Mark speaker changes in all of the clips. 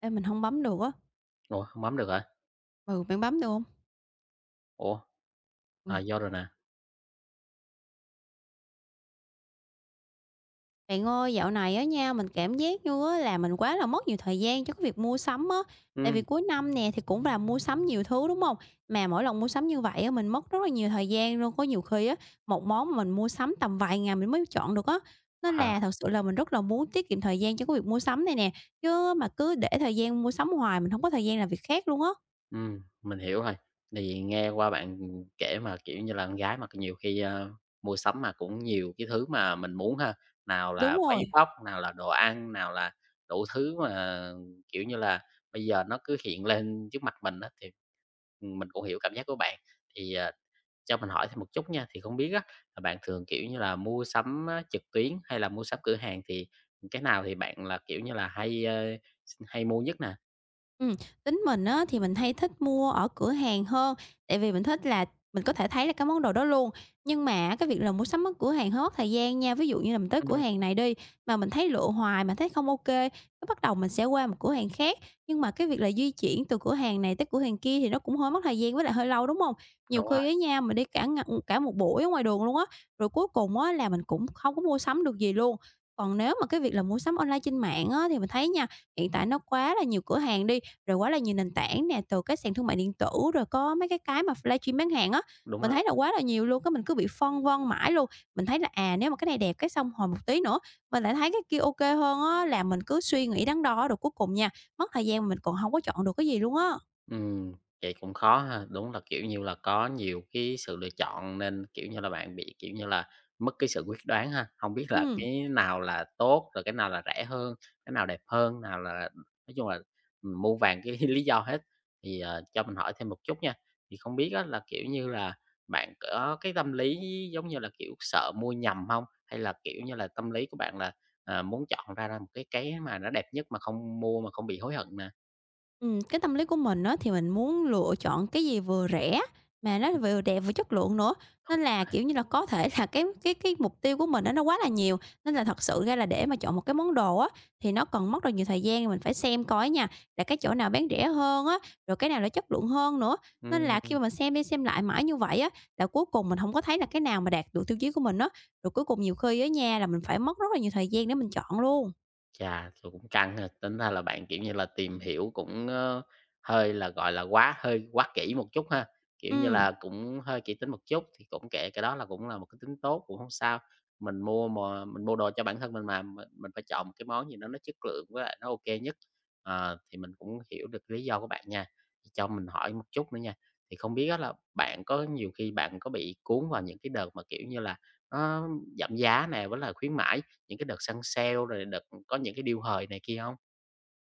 Speaker 1: Ê, mình hông bấm được á.
Speaker 2: Ủa, hông bấm được hả?
Speaker 1: Ừ, bạn bấm được không?
Speaker 2: Ủa,
Speaker 1: Ôi,
Speaker 2: Do rồi nè.
Speaker 1: bạn ơi, dạo này á nha, mình cảm giác như á là mình quá là mất nhiều thời gian cho cái việc mua sắm á. Tại vì
Speaker 2: Ừm,
Speaker 1: cuối năm nè thì cũng là mua sắm nhiều thứ, đúng không? Mà mỗi lần mua sắm như vậy á, mình mất rất là nhiều thời gian luôn, có nhiều khi á, một món mà mình mua sắm tầm vài ngày mình mới chọn được á. Nên
Speaker 2: wow.
Speaker 1: là thật sự là mình rất là muốn tiết kiệm thời gian cho cái việc mua sắm này nè, chứ mà cứ để thời gian mua sắm hoài mình không có thời gian làm việc khác luôn á.
Speaker 2: Mình hiểu rồi. Thì nghe qua bạn kể mà, kiểu như là, con gái mà nhiều khi, mua sắm mà cũng nhiều cái thứ mà mình muốn ha, nào
Speaker 1: Đúng
Speaker 2: là váy
Speaker 1: rồi.
Speaker 2: vóc, nào là đồ ăn, nào là đủ thứ mà, kiểu như là, bây giờ nó cứ hiện lên trước mặt mình á, thì mình cũng hiểu cảm giác của bạn. Thì, à, cho mình hỏi thêm một chút nha, thì không biết á, là bạn thường, kiểu như là, mua sắm á trực tuyến hay là mua sắm cửa hàng thì cái nào thì bạn là, kiểu như là, hay, hay mua nhất nè?
Speaker 1: Ừm, tính mình á thì mình hay thích mua ở cửa hàng hơn, tại vì mình thích là mình có thể thấy là cái món đồ đó luôn. Nhưng mà cái việc là mua sắm ở cửa hàng hơi mất thời gian nha, ví dụ như là mình tới cửa
Speaker 2: Ừm.
Speaker 1: hàng này đi, mà mình thấy lựa hoài mà thấy không ok, cái bắt đầu mình sẽ qua một cửa hàng khác. Nhưng mà cái việc là di chuyển từ cửa hàng này tới cửa hàng kia thì nó cũng hơi mất thời gian với lại hơi lâu, đúng không? Nhiều
Speaker 2: Đúng rồi,
Speaker 1: khi ấy nha, mình đi cả một buổi ở ngoài đường luôn á, rồi cuối cùng á là mình cũng không có mua sắm được gì luôn. Còn nếu mà cái việc là mua sắm online trên mạng á thì mình thấy nha, hiện tại nó quá là nhiều cửa hàng đi, rồi quá là nhiều nền tảng nè, từ cái sàn thương mại điện tử, rồi có mấy cái mà livestream bán hàng á,
Speaker 2: đúng
Speaker 1: mình
Speaker 2: rồi.
Speaker 1: thấy là quá là nhiều luôn, cái mình cứ bị phân vân mãi luôn. Mình thấy là, à, nếu mà cái này đẹp cái xong hồi một tí nữa mình lại thấy cái kia ok hơn á, là mình cứ suy nghĩ đắn đo rồi cuối cùng nha, mất thời gian mà mình còn không có chọn được cái gì luôn á.
Speaker 2: Ừm, vậy cũng khó ha. Đúng là, kiểu như là, có nhiều cái sự lựa chọn nên, kiểu như là, bạn bị, kiểu như là, mất cái sự quyết đoán ha. Không biết là
Speaker 1: Ừ.
Speaker 2: cái nào là tốt, rồi cái nào là rẻ hơn, cái nào đẹp hơn, nào là nói chung là, muôn vàn cái lý do hết. Cho mình hỏi thêm một chút nha, thì không biết á là, kiểu như là, bạn có cái tâm lý giống như là, kiểu, sợ mua nhầm không? Hay là, kiểu như là, tâm lý của bạn là, muốn chọn ra ra một cái mà nó đẹp nhất mà không mua mà không bị hối hận nè?
Speaker 1: Cái tâm lý của mình á, thì mình muốn lựa chọn cái gì vừa rẻ mà nó vừa đẹp vừa chất lượng nữa, nên là, kiểu như là, có thể là cái mục tiêu của mình đó nó quá là nhiều, nên là thật sự ra là để mà chọn một cái món đồ á, thì nó còn mất rất nhiều thời gian, mình phải xem coi nha, là cái chỗ nào bán rẻ hơn á, rồi cái nào là chất lượng hơn nữa. Nên
Speaker 2: Ừm.
Speaker 1: là khi
Speaker 2: Ừm.
Speaker 1: mà mình xem đi xem lại mãi như vậy á, là cuối cùng mình không có thấy là cái nào mà đạt được tiêu chí của mình á, rồi cuối cùng nhiều khi ở nhà là mình phải mất rất là nhiều thời gian để mình chọn luôn.
Speaker 2: Chà, tôi cũng căng ha, tính ra là bạn, kiểu như là, tìm hiểu cũng, hơi là, gọi là, quá kỹ một chút ha, kiểu như
Speaker 1: Ừm.
Speaker 2: là, cũng hơi kỹ tính một chút thì cũng kệ, cái đó là cũng là một cái tính tốt, cũng không sao. Mình mua đồ cho bản thân mình mà, mình phải chọn một cái món gì đó nó chất lượng với lại nó ok nhất. Ờ, thì mình cũng hiểu được lý do của bạn nha. Thì cho mình hỏi một chút nữa nha, thì không biết á là bạn có nhiều khi bạn có bị cuốn vào những cái đợt mà, kiểu như là, nó giảm giá nè với là khuyến mãi những cái đợt săn sale rồi đợt có những cái deal hời này kia hông?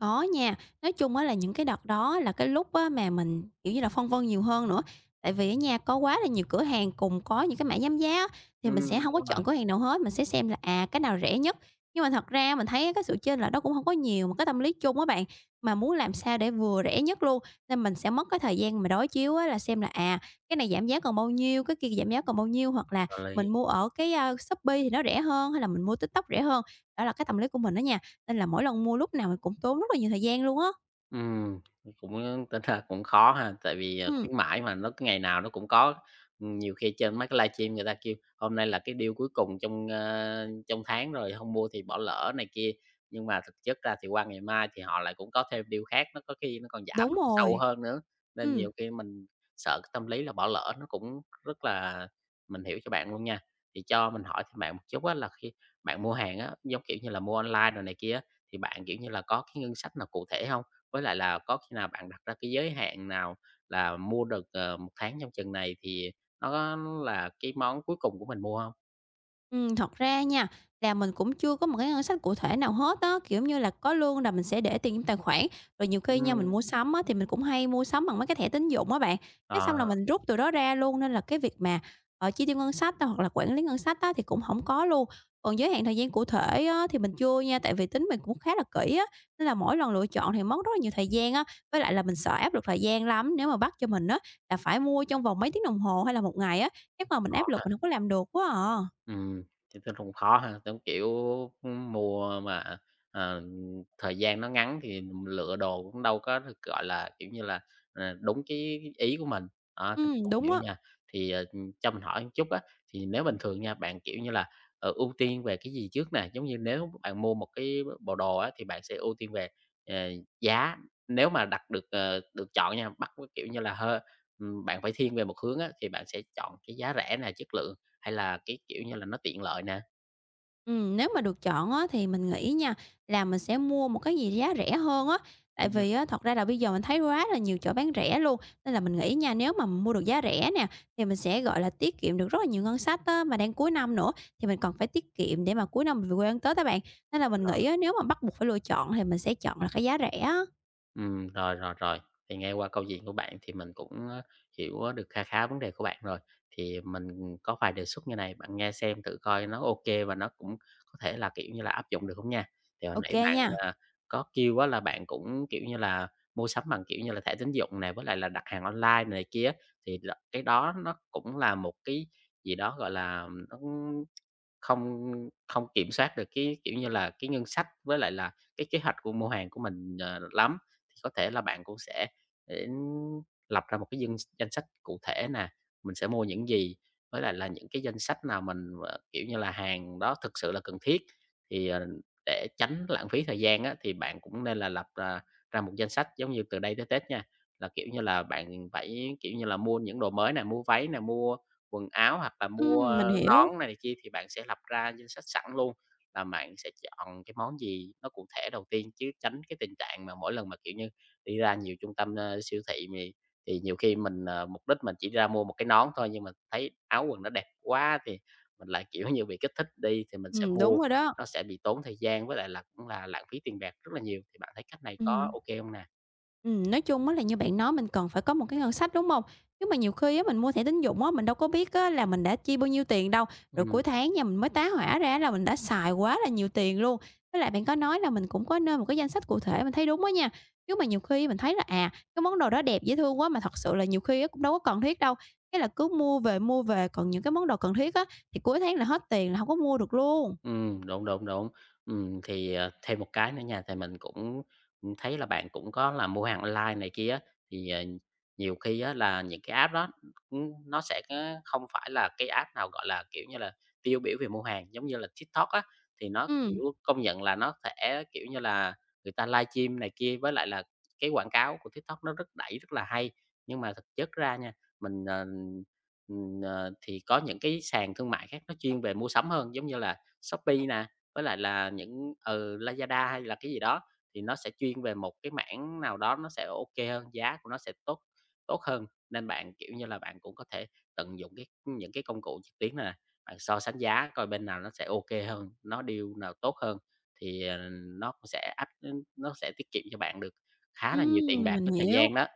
Speaker 1: Có nha, nói chung á là những cái đợt đó là cái lúc á mà mình, kiểu như là, phân vân nhiều hơn nữa, tại vì ở nhà có quá là nhiều cửa hàng cùng có những cái mã giảm giá á, thì mình sẽ không
Speaker 2: Đúng
Speaker 1: có
Speaker 2: rồi,
Speaker 1: chọn cửa hàng nào hết, mình sẽ xem là, à, cái nào rẻ nhất. Nhưng mà thật ra mình thấy cái sự chênh lệch đó cũng không có nhiều, mà cái tâm lý chung á bạn, mà muốn làm sao để vừa rẻ nhất luôn, nên mình sẽ mất cái thời gian mà đối chiếu á là xem là, à, cái này giảm giá còn bao nhiêu, cái kia giảm giá còn bao nhiêu, hoặc là
Speaker 2: có lý.
Speaker 1: mình mua ở cái, a, Shopee thì nó rẻ hơn hay là mình mua TikTok rẻ hơn. Đó là cái tâm lý của mình đó nha. Nên là mỗi lần mua lúc nào mình cũng tốn rất là nhiều thời gian luôn á.
Speaker 2: Ừm, Tính ra cũng khó ha, tại vì,
Speaker 1: Ừm,
Speaker 2: khuyến mãi mà nó cứ ngày nào nó cũng có. Nhiều khi trên mấy cái livestream người ta kêu hôm nay là cái deal cuối cùng trong tháng rồi, hông mua thì bỏ lỡ này kia, nhưng mà thực chất ra thì qua ngày mai thì họ lại cũng có thêm deal khác, nó có khi nó còn giảm,
Speaker 1: đúng
Speaker 2: nó còn sâu
Speaker 1: rồi.
Speaker 2: hơn nữa, nên
Speaker 1: Ừm.
Speaker 2: nhiều khi mình sợ cái tâm lý là bỏ lỡ nó cũng rất là mình hiểu cho bạn luôn nha. Thì cho mình hỏi thêm bạn một chút á là khi bạn mua hàng á, giống kiểu như là, mua online đồ này kia á, thì bạn, kiểu như là, có cái ngân sách nào cụ thể hông? Với lại là có khi nào bạn đặt ra cái giới hạn nào là mua được, 1 tháng trong chừng này thì nó là cái món cuối cùng của mình mua không?
Speaker 1: Thật ra nha, là mình cũng chưa có một cái ngân sách cụ thể nào hết á, kiểu như là, có lương là mình sẽ để tiền trong tài khoản, rồi nhiều khi nha
Speaker 2: Ừm.
Speaker 1: mình mua sắm á, thì mình cũng hay mua sắm bằng mấy cái thẻ tín dụng á bạn, cái xong là
Speaker 2: Ờ,
Speaker 1: mình rút từ đó ra luôn, nên là cái việc mà, ở chi tiêu ngân sách á, hoặc là quản lý ngân sách á, thì cũng không có luôn. Còn giới hạn thời gian cụ thể á, thì mình chưa nha, tại vì tính mình cũng khá là kỹ á, nên là mỗi lần lựa chọn thì mất rất là nhiều thời gian á, với lại là mình sợ áp lực thời gian lắm, nếu mà bắt cho mình á, là phải mua trong vòng mấy tiếng đồng hồ hay là một ngày á, chắc là mình áp
Speaker 2: khó.
Speaker 1: lực mình không có làm được quá à.
Speaker 2: Ừm, thì tôi cũng khó ha, giống kiểu, ưm, mùa mà, ờ, thời gian nó ngắn thì mình lựa đồ cũng đâu có được, gọi là, kiểu như là, đúng cái ý của mình, đó,
Speaker 1: Ừ
Speaker 2: thì mình cũng
Speaker 1: đúng
Speaker 2: hiểu
Speaker 1: á.
Speaker 2: nha. Thì, ờ, cho mình hỏi một chút á, thì nếu bình thường nha, bạn, kiểu như là, ưu tiên về cái gì trước nè? Giống như nếu bạn mua một cái bộ đồ á, thì bạn sẽ ưu tiên về, ờ, giá, nếu mà đặt được, được chọn nha, bắt, kiểu như là, hơi bạn phải thiên về một hướng á, thì bạn sẽ chọn cái giá rẻ nè, chất lượng hay là cái, kiểu như là, nó tiện lợi nè?
Speaker 1: Nếu mà được chọn á thì mình nghĩ nha, là mình sẽ mua một cái gì giá rẻ hơn á. Tại
Speaker 2: Ừm,
Speaker 1: vì á, thật ra là bây giờ mình thấy quá là nhiều chỗ bán rẻ luôn, nên là mình nghĩ nha, nếu mà mua được giá rẻ nè, thì mình sẽ, gọi là, tiết kiệm được rất là nhiều ngân sách á. Mà đang cuối năm nữa thì mình còn phải tiết kiệm để mà cuối năm mình về quê ăn Tết các bạn, nên là
Speaker 2: đúng
Speaker 1: mình
Speaker 2: rồi.
Speaker 1: nghĩ á, nếu mà bắt buộc phải lựa chọn thì mình sẽ chọn là cái giá rẻ á.
Speaker 2: Rồi, rồi, rồi. Thì nghe qua câu chuyện của bạn thì mình cũng, hiểu, được kha khá vấn đề của bạn rồi. Thì mình có vài đề xuất như này, bạn nghe xem thử coi nó ok và nó cũng có thể là, kiểu như là, áp dụng được không nha. Thì hồi
Speaker 1: Ok
Speaker 2: nãy bạn,
Speaker 1: nha.
Speaker 2: à, có kêu á là bạn cũng, kiểu như là, mua sắm bằng, kiểu như là, thẻ tín dụng này với lại là đặt hàng online này kia thì cái đó nó cũng là một cái gì đó, gọi là, nó Không không kiểm soát được cái, kiểu như là, cái ngân sách với lại là cái kế hoạch của mua hàng của mình, lắm, thì có thể là bạn cũng sẽ đến lập ra một cái danh danh sách cụ thể nè, mình sẽ mua những gì, với lại là những cái danh sách nào mình, kiểu như là, hàng đó thực sự là cần thiết. Thì, ờ, để tránh lãng phí thời gian á, thì bạn cũng nên là lập, ra một danh sách giống như từ đây tới Tết nha, là, kiểu như là, bạn phải, kiểu như là, mua những đồ mới nè, mua váy nè, mua quần áo hoặc là mua
Speaker 1: Mình hiểu.
Speaker 2: nón này kia thì bạn sẽ lập ra danh sách sẵn luôn là bạn sẽ chọn cái món gì nó cụ thể đầu tiên, chứ tránh cái tình trạng mà mỗi lần mà, kiểu như, đi ra nhiều trung tâm, siêu thị mì thì nhiều khi mình, mục đích mình chỉ ra mua một cái nón thôi, nhưng mà thấy áo quần nó đẹp quá thì mình lại, kiểu như, bị kích thích đi thì mình sẽ
Speaker 1: Đúng
Speaker 2: mua,
Speaker 1: rồi đó.
Speaker 2: nó sẽ bị tốn thời gian với lại là cũng là lãng phí tiền bạc rất là nhiều, thì bạn thấy cách này có
Speaker 1: Ừm.
Speaker 2: ok không nè?
Speaker 1: Nói chung á là như bạn nói mình cần phải có một cái ngân sách, đúng không? Chứ mà nhiều khi á mình mua thẻ tín dụng á, mình đâu có biết á là mình đã chi bao nhiêu tiền đâu, rồi
Speaker 2: Ừm.
Speaker 1: cuối tháng nha, mình mới tá hỏa ra là mình đã xài quá là nhiều tiền luôn. Với lại bạn có nói là mình cũng có nên một cái danh sách cụ thể, mình thấy đúng á nha. Chứ mà nhiều khi mình thấy là, à, cái món đồ đó đẹp, dễ thương quá mà thật sự là nhiều khi á cũng đâu có cần thiết đâu, cái là cứ mua về, còn những cái món đồ cần thiết á thì cuối tháng là hết tiền là không có mua được luôn.
Speaker 2: Đúng, đúng, đúng. Thêm một cái nữa nha, thì mình cũng, thấy là bạn cũng có là mua hàng online này kia á, thì nhiều khi á là những cái app đó, ưm, nó sẽ á không phải là cái app nào, gọi là, kiểu như là, tiêu biểu về mua hàng, giống như là TikTok á, thì nó,
Speaker 1: Ừm,
Speaker 2: kiểu, công nhận là nó sẽ, kiểu như là, người ta livestream này kia, với lại là cái quảng cáo của TikTok nó rất đẩy rất là hay. Nhưng mà thực chất ra nha, mình, ờ, thì có những cái sàn thương mại khác nó chuyên về mua sắm hơn, giống như là Shopee nè, với lại là những ừ, Lazada hay là cái gì đó, thì nó sẽ chuyên về một cái mảng nào đó nó sẽ OK hơn, giá của nó sẽ tốt tốt hơn. Nên bạn, kiểu như là, bạn cũng có thể tận dụng cái những cái công cụ trực tuyến này nè, bạn so sánh giá coi bên nào nó sẽ OK hơn, nó deal nào tốt hơn thì nó cũng sẽ áp nó sẽ tiết kiệm cho bạn được khá là nhiều tiền
Speaker 1: ừm,
Speaker 2: bạc
Speaker 1: mình
Speaker 2: với thời
Speaker 1: hiểu.
Speaker 2: gian đó,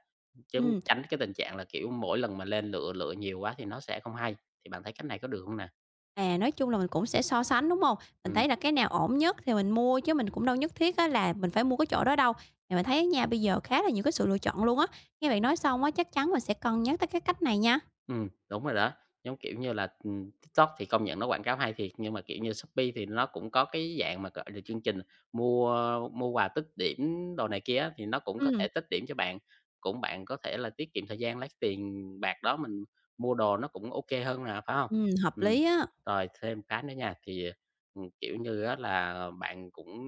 Speaker 2: chứ không-
Speaker 1: Ừm.
Speaker 2: tránh cái tình trạng là, kiểu, mỗi lần mà lên lựa lựa nhiều quá thì nó sẽ không hay. Thì bạn thấy cách này có được không nè?
Speaker 1: À, nói chung là mình cũng sẽ so sánh, đúng không? Mình
Speaker 2: Ừm.
Speaker 1: thấy là cái nào ổn nhất thì mình mua chứ mình cũng đâu nhất thiết á là mình phải mua cái chỗ đó đâu. Mà mình thấy nha, bây giờ khá là nhiều cái sự lựa chọn luôn á. Nghe bạn nói xong á, chắc chắn mình sẽ cân nhắc tới cái cách này nha.
Speaker 2: Đúng rồi đó. Giống, kiểu như là, TikTok thì công nhận nó quảng cáo hay thiệt, nhưng mà, kiểu như, Shopee thì nó cũng có cái dạng mà, gọi là, chương trình mua mua quà tích điểm đồ này kia á, thì nó cũng có
Speaker 1: Ừ,
Speaker 2: thể tích điểm cho bạn, cũng bạn có thể là tiết kiệm thời gian, lấy tiền bạc đó mình mua đồ nó cũng ok hơn là phải không?
Speaker 1: hợp
Speaker 2: Ừm,
Speaker 1: lý á.
Speaker 2: rồi thêm cái nữa nha, thì, kiểu như á là bạn cũng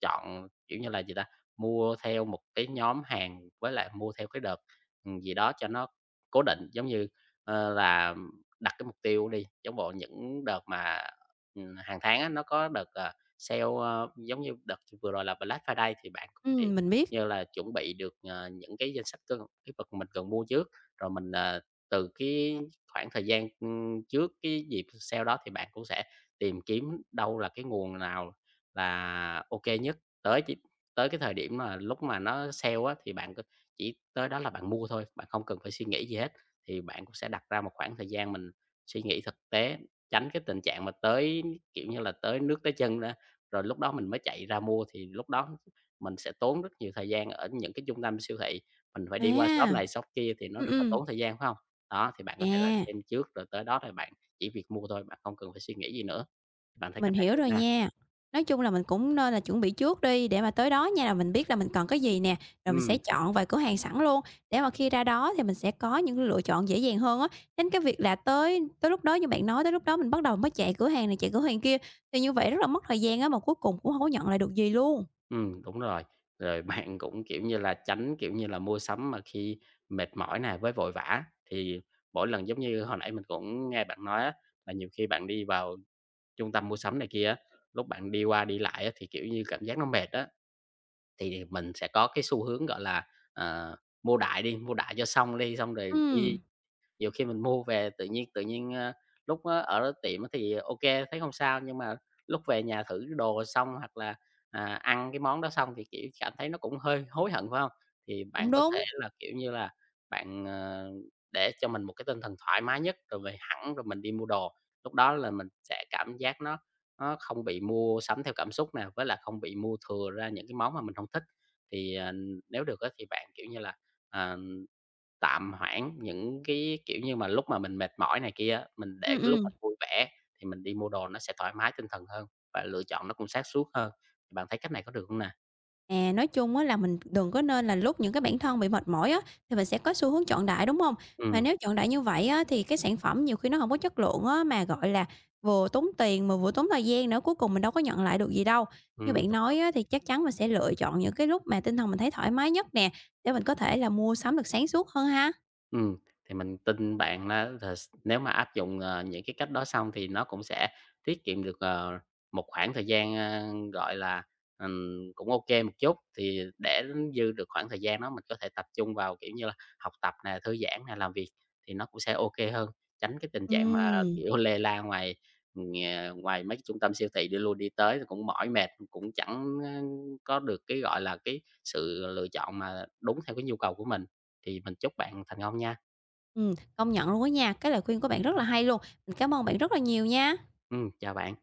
Speaker 2: chọn, kiểu như là, gì ta, mua theo một cái nhóm hàng với lại mua theo cái đợt, gì đó cho nó cố định, giống như là đặt cái mục tiêu đi, giống bộ những đợt mà, hàng tháng á, nó có đợt sale, giống như đợt vừa rồi là Black Friday thì bạn cũng thể
Speaker 1: Mình biết.
Speaker 2: như là chuẩn bị được, những cái danh sách cân cái vật mình cần mua trước, rồi mình từ cái khoảng thời gian, ưm, trước cái dịp sale đó thì bạn cũng sẽ tìm kiếm đâu là cái nguồn nào là ok nhất. Tới chỉ Tới cái thời điểm mà lúc mà nó sale á, thì bạn c chỉ tới đó là bạn mua thôi, bạn không cần phải suy nghĩ gì hết thì bạn cũng sẽ đặt ra một khoảng thời gian mình suy nghĩ thực tế, tránh cái tình trạng mà tới, kiểu như là, tới nước tới chân ra, rồi lúc đó mình mới chạy ra mua thì lúc đó mình sẽ tốn rất nhiều thời gian ở những cái trung tâm siêu thị, mình phải
Speaker 1: À,
Speaker 2: đi qua shop này shop kia thì nó
Speaker 1: ừm,
Speaker 2: rất là
Speaker 1: ừm,
Speaker 2: tốn thời gian, phải không? Đó, thì bạn có thể là
Speaker 1: à.
Speaker 2: xem trước rồi tới đó thì bạn chỉ việc mua thôi, bạn không cần phải suy nghĩ gì nữa. Bạn thấy
Speaker 1: Mình
Speaker 2: cách này
Speaker 1: hiểu
Speaker 2: được
Speaker 1: rồi
Speaker 2: nè,
Speaker 1: nha. Nói chung là mình cũng nên là chuẩn bị trước đi để mà tới đó nha là mình biết là mình cần cái gì nè, rồi mình sẽ
Speaker 2: ừm.
Speaker 1: chọn vài cửa hàng sẵn luôn, để mà khi ra đó thì mình sẽ có những lựa chọn dễ dàng hơn á. Đến cái việc là tới tới lúc đó như bạn nói, tới lúc đó mình bắt đầu mới chạy cửa hàng này, chạy cửa hàng kia, thì như vậy rất là mất thời gian á, mà cuối cùng cũng không có nhận lại được gì luôn.
Speaker 2: Đúng rồi. Rồi bạn cũng, kiểu như là, tránh, kiểu như là, mua sắm mà khi mệt mỏi này với vội vã. Thì mỗi lần giống như hồi nãy mình cũng nghe bạn nói á, là nhiều khi bạn đi vào trung tâm mua sắm này kia á, lúc bạn đi qua đi lại á, thì, kiểu như, cảm giác nó mệt á, thì mình sẽ có cái xu hướng, gọi là, ờ, mua đại đi, mua đại cho xong đi, xong rồi đi
Speaker 1: Ừm,
Speaker 2: nhiều khi mình mua về tự nhiên, lúc á ở tiệm á thì ok thấy không sao, nhưng mà lúc về nhà thử cái đồ xong hoặc là, ăn cái món đó xong thì, kiểu, cảm thấy nó cũng hơi hối hận, phải không? Thì
Speaker 1: cũng
Speaker 2: bạn có
Speaker 1: đúng.
Speaker 2: thể là, kiểu như là, bạn để cho mình một cái tinh thần thoải mái nhất rồi về hẳn rồi mình đi mua đồ. Lúc đó là mình sẽ cảm giác nó không bị mua sắm theo cảm xúc nè, với là không bị mua thừa ra những cái món mà mình không thích. Thì, ờ, Nếu được á thì bạn, kiểu như là, ờ tạm hoãn những cái, kiểu như mà, lúc mà mình mệt mỏi này kia mình để
Speaker 1: Ừm,
Speaker 2: cái lúc
Speaker 1: ừm.
Speaker 2: mình vui vẻ thì mình đi mua đồ nó sẽ thoải mái tinh thần hơn và lựa chọn nó cũng sáng suốt hơn. Bạn thấy cách này có được không nè?
Speaker 1: À, nói chung á là mình đừng có nên là lúc những cái bản thân bị mệt mỏi á, thì mình sẽ có xu hướng chọn đại, đúng không? Mà
Speaker 2: Ừm,
Speaker 1: nếu chọn đại như vậy á, thì cái sản phẩm nhiều khi nó không có chất lượng á, mà, gọi là, vừa tốn tiền mà vừa tốn thời gian nữa, cuối cùng mình đâu có nhận lại được gì đâu. Như bạn
Speaker 2: đúng,
Speaker 1: nói á,
Speaker 2: đúng.
Speaker 1: thì chắc chắn mình sẽ lựa chọn những cái lúc mà tinh thần mình thấy thoải mái nhất nè, để mình có thể là mua sắm được sáng suốt hơn ha.
Speaker 2: Ừm, thì mình tin bạn là s nếu mà áp dụng, những cái cách đó xong thì nó cũng sẽ tiết kiệm được, một khoảng thời gian, a, gọi là, cũng ok một chút. Thì để dư được khoảng thời gian đó mình có thể tập trung vào, kiểu như là, học tập nè, thư giãn nè, làm việc thì nó cũng sẽ ok hơn, tránh cái tình trạng mà,
Speaker 1: Ừm,
Speaker 2: kiểu, lê la ngoài, ngoài mấy cái trung tâm siêu thị đi lui đi tới thì cũng mỏi mệt, cũng chẳng, a, có được cái, gọi là, cái sự lựa chọn mà đúng theo cái nhu cầu của mình. Thì mình chúc bạn thành công nha.
Speaker 1: công nhận luôn á nha, cái lời khuyên của bạn rất là hay luôn. Mình cảm ơn bạn rất là nhiều nha.
Speaker 2: Ừ, chào bạn.